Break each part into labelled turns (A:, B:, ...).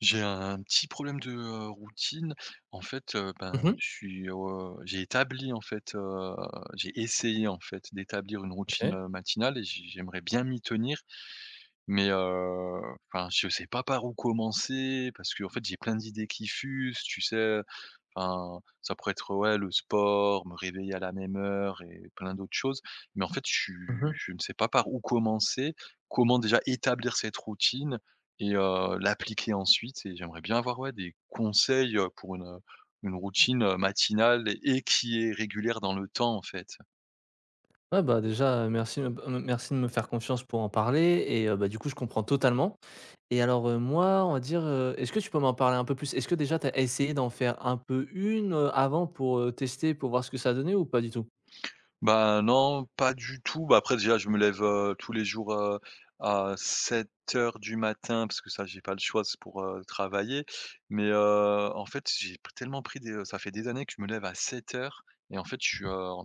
A: J'ai un petit problème de, routine. En fait, ben,
B: Mmh.
A: je suis, j'ai établi en fait, j'ai essayé en fait d'établir une routine,
B: OK.
A: matinale et j'aimerais bien m'y tenir, mais, enfin je sais pas par où commencer parce qu'en fait j'ai plein d'idées qui fusent, tu sais? Enfin, ça pourrait être, ouais, le sport, me réveiller à la même heure et plein d'autres choses. Mais en fait,
B: Mmh.
A: je ne sais pas par où commencer, comment déjà établir cette routine et l'appliquer ensuite et j'aimerais bien avoir, ouais, des conseils, pour une routine, matinale et qui est régulière dans le temps, en fait.
B: Ouais, bah, déjà, merci, b merci de me faire confiance pour en parler et bah, du coup, je comprends totalement. Et alors, moi, on va dire, est-ce que tu peux m'en parler un peu plus? Est-ce que déjà tu as essayé d'en faire un peu une avant pour, tester, pour voir ce que ça donnait ou pas du tout?
A: Bah, non, pas du tout. Bah, après déjà je me lève, tous les jours, à 7 h du matin parce que ça j'ai pas le choix, c'est pour, travailler. Mais, en fait j'ai p tellement pris des, ça fait des années que je me lève à 7 h et en fait je suis, en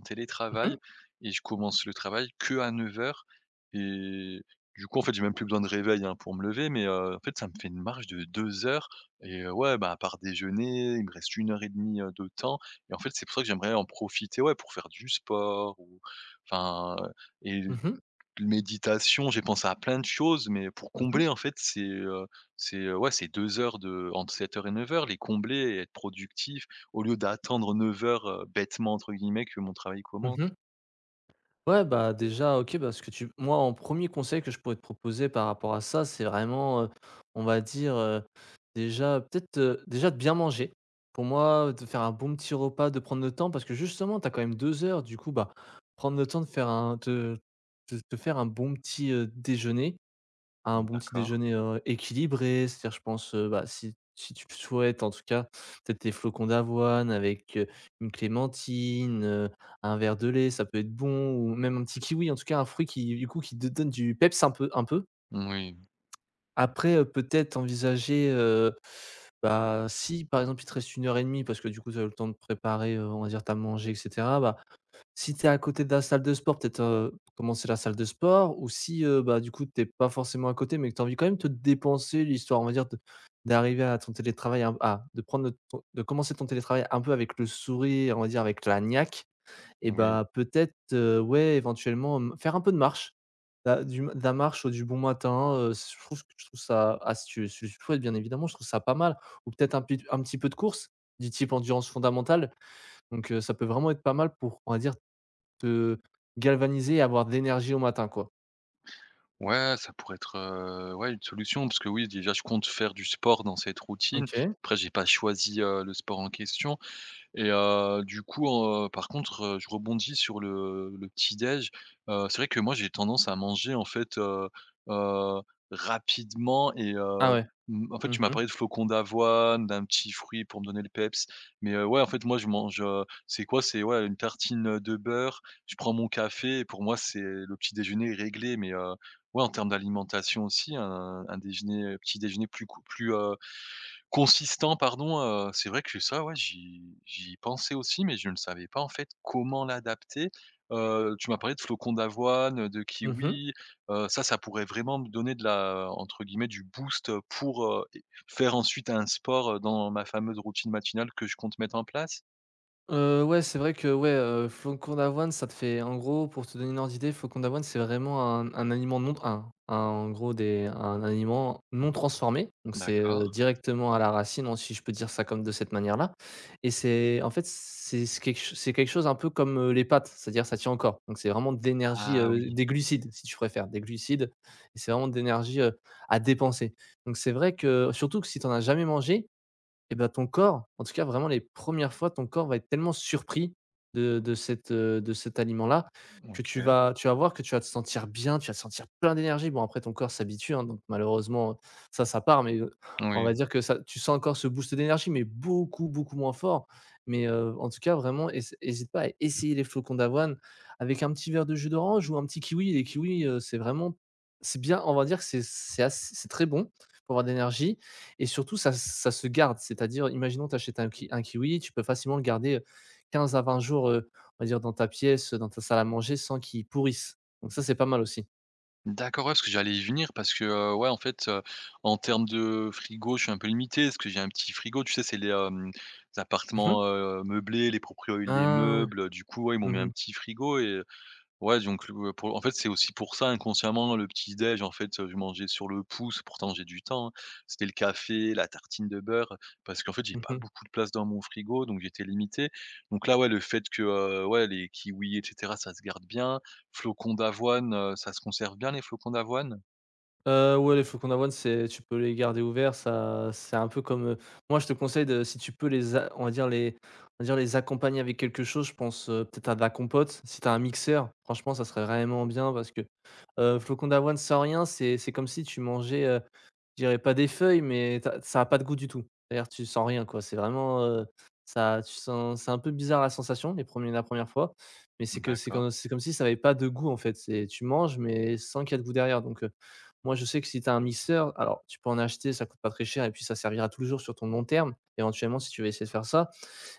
B: Mmh
A: télétravail
B: mh.
A: et je commence le travail qu'à heures. Et du coup en fait j'ai même plus besoin de réveil, hein, pour me lever mais, en fait ça me fait une marge de 2 heures et ouais, bah, à part déjeuner, il me reste une heure et demie 2 de temps. Et en fait, c'est pour ça que j'aimerais en profiter, ouais, pour faire du sport ou enfin, euh,
B: Mmh mh.
A: et méditation, j'ai pensé à plein de choses, mais pour
B: Mmh.
A: combler, en fait, ouais, c'est 2 heures de entre 7 h et 9 h les combler et être productif au lieu d'attendre 9:00, «bêtement» entre guillemets que mon travail commence.
B: Mmh. Ouais, bah, déjà, OK, bah, ce que tu moi, en premier conseil que je pourrais te proposer par rapport à ça, c'est vraiment, on va dire, déjà peut-être, déjà de bien manger. Pour moi, de faire un bon petit repas, de prendre le temps parce que justement, tu as quand même 2 heures, du coup, bah, prendre le temps de faire un de te faire un bon petit, déjeuner un bon petit
A: D'accord.
B: déjeuner, équilibré, c'est-à-dire je pense, bah, si tu le souhaites en tout cas, peut-être des flocons d'avoine avec, une clémentine, un verre de lait, ça peut être bon ou même un petit kiwi, en tout cas un fruit qui te donne du peps un peu.
A: Oui,
B: Après, peut-être envisager, bah, si par exemple il te reste une heure et demie parce que du coup tu as eu le temps de préparer, on va dire tu as mangé et cetera, bah, si tu es à côté de la salle de sport, peut-être, commencer la salle de sport ou si, bah, du coup, tu es pas forcément à côté, mais que tu as envie quand même de te dépenser, l'histoire, on va dire, de d'arriver à ton télétravail un à de commencer ton télétravail un peu avec le sourire, on va dire, avec la niaque. Et
A: oui.
B: bah, peut-être, ouais, éventuellement, faire un peu de marche, la du de la marche, ou du bon matin, je trouve ça astucieux, chouette, bien évidemment, je trouve ça pas mal, ou peut-être un petit peu de course, du type endurance fondamentale. Donc ça peut vraiment être pas mal pour, on va dire, te galvaniser et avoir de l'énergie au matin, quoi.
A: Ouais, ça pourrait être, ouais, une solution parce que oui, déjà, je compte faire du sport dans cette routine.
B: OK.
A: Après j'ai pas choisi, le sport en question. Et par contre, je rebondis sur le petit-déj. C'est vrai que moi, j'ai tendance à manger, en fait, heu, rapidement
B: Ah ouais.
A: en fait,
B: Mmh
A: tu m'as
B: mh.
A: parlé de flocons d'avoine, d'un petit fruit pour me donner le peps, mais ouais, en fait, moi, je mange, c'est quoi? C'est, ouais, une tartine, de beurre, je prends mon café et pour moi, c'est le petit-déjeuner est réglé, mais ouais, en termes d'alimentation aussi, un déjeuner, petit-déjeuner plus, consistant pardon, c'est vrai que ça, ouais, j'y pensais aussi, mais je ne savais pas en fait comment l'adapter. Tu m'as parlé de flocons d'avoine, de
B: Mmh mh.
A: kiwi, ça, ça pourrait vraiment me donner de la entre guillemets «du boost», pour, faire ensuite un sport, dans ma fameuse routine matinale que je compte mettre en place?
B: Ouais, c'est vrai que, ouais, flocons d'avoine, ça te fait en gros, pour te donner une ordre d'idée, flocons d'avoine, c'est vraiment un aliment non un un en gros des un aliment non transformé. Donc c'est,
A: D'accord.
B: directement à la racine, hein, si je peux dire ça comme de cette manière-là. Et c'est quelque ch c'est quelque chose un peu comme, les pâtes, c'est-à-dire ça tient encore. Donc c'est vraiment d'énergie,
A: Ah oui,
B: des glucides, si tu préfères, des glucides, et c'est vraiment d'énergie, à dépenser. Donc c'est vrai que surtout que si t'en as jamais mangé, et ben ton corps, en tout cas, vraiment les premières fois, ton corps va être tellement surpris de cette, de cet aliment-là, que
A: OK.
B: tu vas voir que tu vas te sentir bien, tu vas te sentir plein d'énergie. Bon, après ton corps s'habitue, hein, donc malheureusement, ça part, mais, on
A: Oui.
B: va dire que ça tu sens encore ce boost d'énergie, mais beaucoup, beaucoup moins fort. Mais, en tout cas, vraiment, hésite pas à essayer les flocons d'avoine avec un petit verre de jus d'orange ou un petit kiwi. Les kiwis, c'est vraiment on va dire que c'est très bon pour avoir d'énergie, et surtout ça se garde. C'est-à-dire, imaginons tu achètes un kiwi, tu peux facilement le garder, 15 à 20 jours, on va dire dans ta pièce, dans ta salle à manger sans qu'il pourrisse. Donc ça, c'est pas mal aussi.
A: D'accord, ouais, parce que j'allais y venir parce que, ouais, en fait, en termes de frigo, je suis un peu limité parce que j'ai un petit frigo, tu sais, c'est les, les
B: Mmh mh.
A: appartements, meublés, les proprios les
B: Ah oui.
A: meubles du coup, ouais, ils m'ont mis
B: Mmh
A: un
B: mh.
A: petit frigo et ouais, donc le pour en fait, c'est aussi pour ça inconsciemment le petit déj en fait, je mangeais sur le pouce, pourtant j'ai du temps, hein. C'était le café, la tartine de beurre, parce qu'en fait, j'ai pas
B: Mmh,
A: beaucoup de place dans mon frigo, donc j'étais limité. Donc là, ouais, le fait que, ouais, les kiwis et cetera, ça se garde bien. Flocons d'avoine, ça se conserve bien les flocons d'avoine?
B: ouais, les flocons d'avoine, c'est tu peux les garder ouverts, ça c'est un peu comme, moi je te conseille de si tu peux les a on va dire les on va dire les accompagner avec quelque chose, je pense, peut-être à de la compote. Si t'as un mixeur, franchement, ça serait vraiment bien parce que, flocons d'avoine sans rien, c'est comme si tu mangeais. Je dirais pas des feuilles, mais tu ça a pas de goût du tout. D'ailleurs, tu sens rien quoi, c'est vraiment, ça tu sens c'est un peu bizarre la sensation les 1 la première fois, mais
A: D'accord.
B: c'est comme si ça avait pas de goût en fait. C'est tu manges, mais sans qu'il y ait de goût derrière. Donc, moi je sais que si tu as un mixeur, alors tu peux en acheter, ça coûte pas très cher et puis ça servira toujours sur ton long terme, éventuellement si tu veux essayer de faire ça.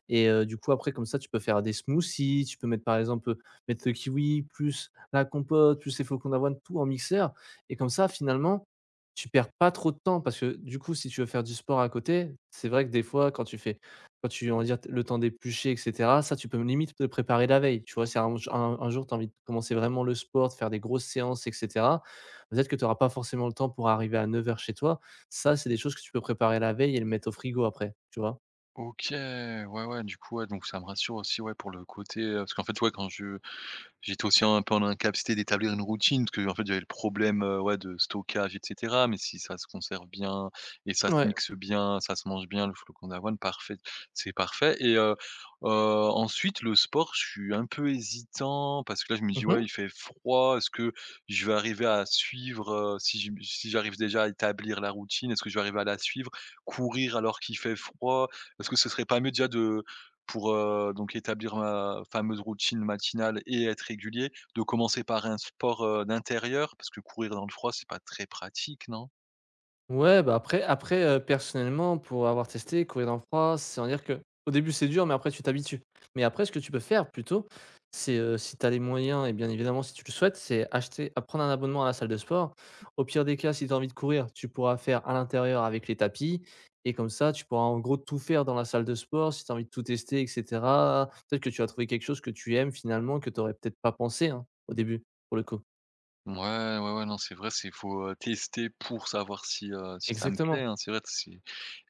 B: Et du coup, après, comme ça, tu peux faire des smoothies, tu peux mettre, par exemple, mettre le kiwi plus la compote, plus les flocons d'avoine, tout en mixeur, et comme ça, finalement, tu perds pas trop de temps parce que, du coup, si tu veux faire du sport à côté, c'est vrai que des fois, quand tu on va dire, le temps d'éplucher et cetera, ça, tu peux limite te préparer la veille, tu vois? Si un jour, tu as envie de commencer vraiment le sport, de faire des grosses séances et cetera, peut-être que tu auras pas forcément le temps pour arriver à neuf heures chez toi. Ça, c'est des choses que tu peux préparer la veille et le mettre au frigo après, tu vois?
A: OK, ouais, ouais, du coup, ouais, donc ça me rassure aussi, ouais, pour le côté, parce qu'en fait, ouais, quand je j'étais aussi un peu en incapacité d'établir une routine, parce qu'en fait, j'avais le problème, ouais, de stockage et cetera, mais si ça se conserve bien et ça se
B: Ouais.
A: mixe bien, ça se mange bien, le flocon d'avoine, parfait, c'est parfait ensuite le sport, je suis un peu hésitant parce que là, je me dis: «Ouais,
B: Mmh.
A: il fait froid, est-ce que je vais arriver à suivre, si j'arrive déjà à établir la routine, est-ce que je vais arriver à la suivre? Courir alors qu'il fait froid, est-ce que ce serait pas mieux déjà de pour, donc établir ma fameuse routine matinale et être régulier, de commencer par un sport, d'intérieur? Parce que courir dans le froid, c'est pas très pratique, non?
B: Ouais, bah, après, personnellement, pour avoir testé, courir dans le froid, c'est on dire que au début, c'est dur, mais après, tu t'habitues. Mais après, ce que tu peux faire plutôt, c'est, si tu as les moyens et bien évidemment, si tu le souhaites, c'est acheter à prendre un abonnement à la salle de sport. Au pire des cas, si tu as envie de courir, tu pourras faire à l'intérieur avec les tapis, et comme ça, tu pourras, en gros, tout faire dans la salle de sport si tu as envie de tout tester et cetera. Peut-être que tu vas trouver quelque chose que tu aimes finalement, que tu aurais peut-être pas pensé, hein, au début, pour le coup.
A: Ouais, ouais, ouais, non, c'est vrai, c'est faut, tester pour savoir si, si ça me plaît,
B: Exactement,
A: hein. C'est vrai c'est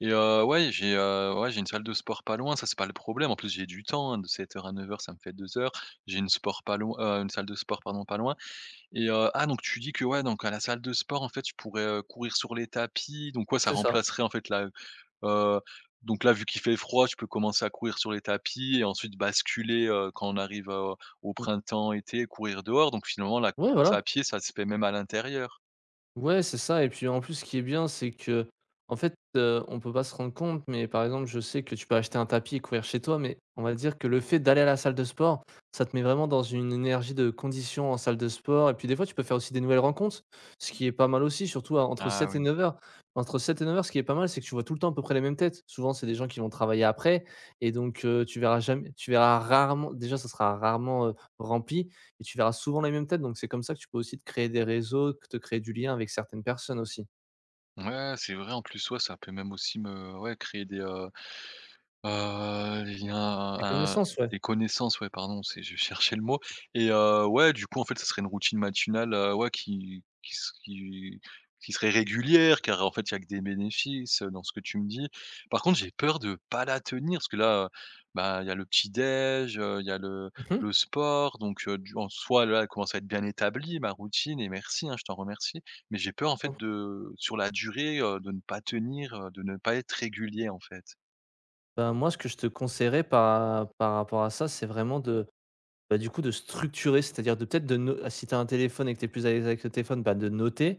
A: ouais, ouais, j'ai une salle de sport pas loin, ça, c'est pas le problème. En plus, j'ai du temps, hein, de 7:00 à 9:00, ça me fait 2 heures. J'ai une sport pas loin, une salle de sport, pardon, pas loin et ah, donc tu dis que, ouais, donc à la salle de sport, en fait, je pourrais, courir sur les tapis, donc ouais, ça
B: c'est ça.
A: remplacerait, en fait, la Heu, donc là, vu qu'il fait froid, je peux commencer à courir sur les tapis et ensuite basculer, quand on arrive, au
B: Mmh.
A: printemps, été, courir dehors. Donc finalement, la
B: Ouais,
A: course
B: voilà.
A: à pied, ça se fait même à l'intérieur.
B: Ouais, c'est ça et puis en plus, ce qui est bien, c'est que en fait, on peut pas se rendre compte, mais par exemple, je sais que tu peux acheter un tapis et courir chez toi, mais on va dire que le fait d'aller à la salle de sport, ça te met vraiment dans une énergie de condition en salle de sport et puis des fois, tu peux faire aussi des nouvelles rencontres, ce qui est pas mal aussi, surtout à entre
A: Ah
B: 7 et
A: oui.
B: neuf heures. Entre 7 et neuf heures, ce qui est pas mal, c'est que tu vois tout le temps à peu près les mêmes têtes. Souvent, c'est des gens qui vont travailler après, et donc tu verras jamais tu verras rarement déjà, ça sera rarement, rempli, et tu verras souvent les mêmes têtes, donc c'est comme ça que tu peux aussi te créer des réseaux, que te créer du lien avec certaines personnes aussi.
A: Ouais, c'est vrai en plus, ouais, ça peut même aussi me ouais, créer des, il y a
B: Des
A: un
B: connaissances, ouais.
A: des connaissances, ouais, pardon, c'est je cherchais le mot ouais, du coup, en fait, ça serait une routine matinale, ouais, qui serait régulière, car, en fait, il y a que des bénéfices, dans ce que tu me dis. Par contre, j'ai peur de pas la tenir parce que là, bah, il y a le petit-déj, il y a
B: Mmh.
A: le sport donc du en soi, là, elle commence à être bien établie, ma routine et merci, hein, je t'en remercie. Mais j'ai peur, en fait, de sur la durée, de ne pas tenir, de ne pas être régulier, en fait.
B: Bah, moi, ce que je te conseillerais par rapport à ça, c'est vraiment de, bah, du coup, de structurer, c'est-à-dire de peut-être de no si tu as un téléphone et que tu es plus à l'aise avec le téléphone, bah, de noter.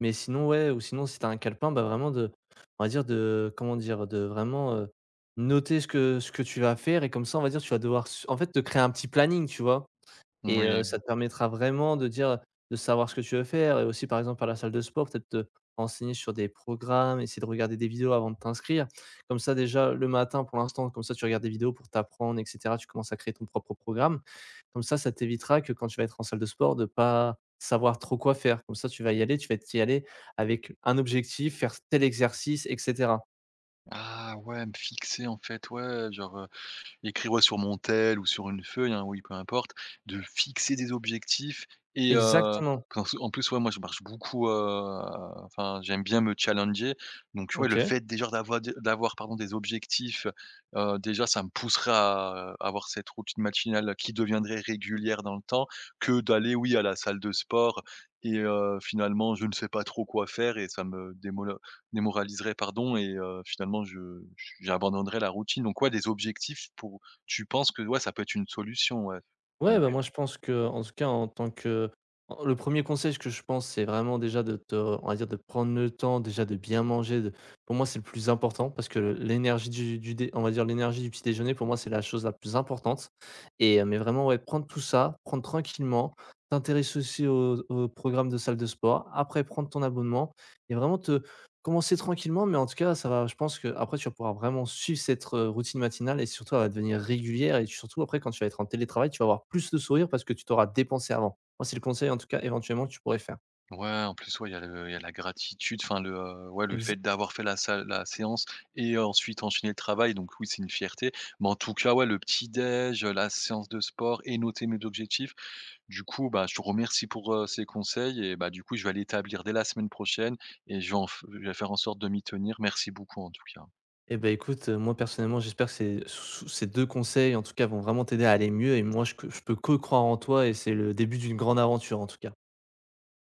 B: Mais sinon, ouais, ou sinon si tu as un calepin, bah, vraiment de on va dire de comment dire? De vraiment, noter ce que tu vas faire et comme ça, on va dire, tu vas devoir s en fait, te créer un petit planning, tu vois? Et
A: Oui.
B: ça te permettra vraiment de savoir ce que tu veux faire et aussi par exemple à la salle de sport, peut-être te renseigner sur des programmes, essayer de regarder des vidéos avant de t'inscrire. Comme ça déjà le matin pour l'instant, comme ça tu regardes des vidéos pour t'apprendre et cetera. Tu commences à créer ton propre programme. Comme ça t'évitera que quand tu vas être en salle de sport de pas savoir trop quoi faire. Comme ça, tu vas y aller, tu vas t'y aller avec un objectif, faire tel exercice et cetera.
A: Ah ouais, me fixer en fait, ouais, genre, écrire, ouais, sur mon tel ou sur une feuille, hein, oui, peu importe, de fixer des objectifs et heu,
B: Exactement.
A: parce qu'en plus, ouais, moi, je marche beaucoup, enfin, j'aime bien me challenger, donc ouais, le
B: OK.
A: fait déjà d'avoir, pardon, des objectifs, déjà, ça me pousserait à avoir cette routine matinale qui deviendrait régulière dans le temps, que d'aller, oui, à la salle de sport et finalement, je ne sais pas trop quoi faire et ça me démola démoraliserait, pardon et finalement, je j'abandonnerai la routine. Donc ouais, des objectifs pour tu penses que ouais, ça peut être une solution, ouais.
B: Ouais,
A: Donc
B: bah, moi, je pense que en tout cas, en le premier conseil que je pense, c'est vraiment déjà de te on va dire, de prendre le temps, déjà de bien manger, de pour moi, c'est le plus important parce que le- l'énergie du dé on va dire, l'énergie du petit déjeuner, pour moi, c'est la chose la plus importante. Et mais vraiment, ouais, prendre tout ça, prendre tranquillement, t'intéresser aussi au programme de salle de sport, après prendre ton abonnement, et vraiment te commencer tranquillement, mais en tout cas, ça va je pense que après tu vas pouvoir vraiment suivre cette, routine matinale et surtout elle va devenir régulière et surtout après quand tu vas être en télétravail, tu vas avoir plus de sourire parce que tu t'auras dépensé avant. Moi, c'est le conseil en tout cas éventuellement que tu pourrais faire.
A: ouais, en plus, ouais, il y a la gratitude, enfin le, ouais, le
B: Exa
A: fait d'avoir fait la séance et ensuite enchaîner le travail, donc oui, c'est une fierté. Mais en tout cas, ouais, le petit-déj, la séance de sport et noter mes objectifs. Du coup, bah, je te remercie pour, ces conseils et bah, du coup, je vais l'établir dès la semaine prochaine et je vais en f je vais faire en sorte de m'y tenir. Merci beaucoup en tout cas.
B: Eh ben, écoute, moi personnellement j'espère que ces 2 conseils en tout cas vont vraiment t'aider à aller mieux, et moi je peux que croire en toi et c'est le début d'une grande aventure en tout cas.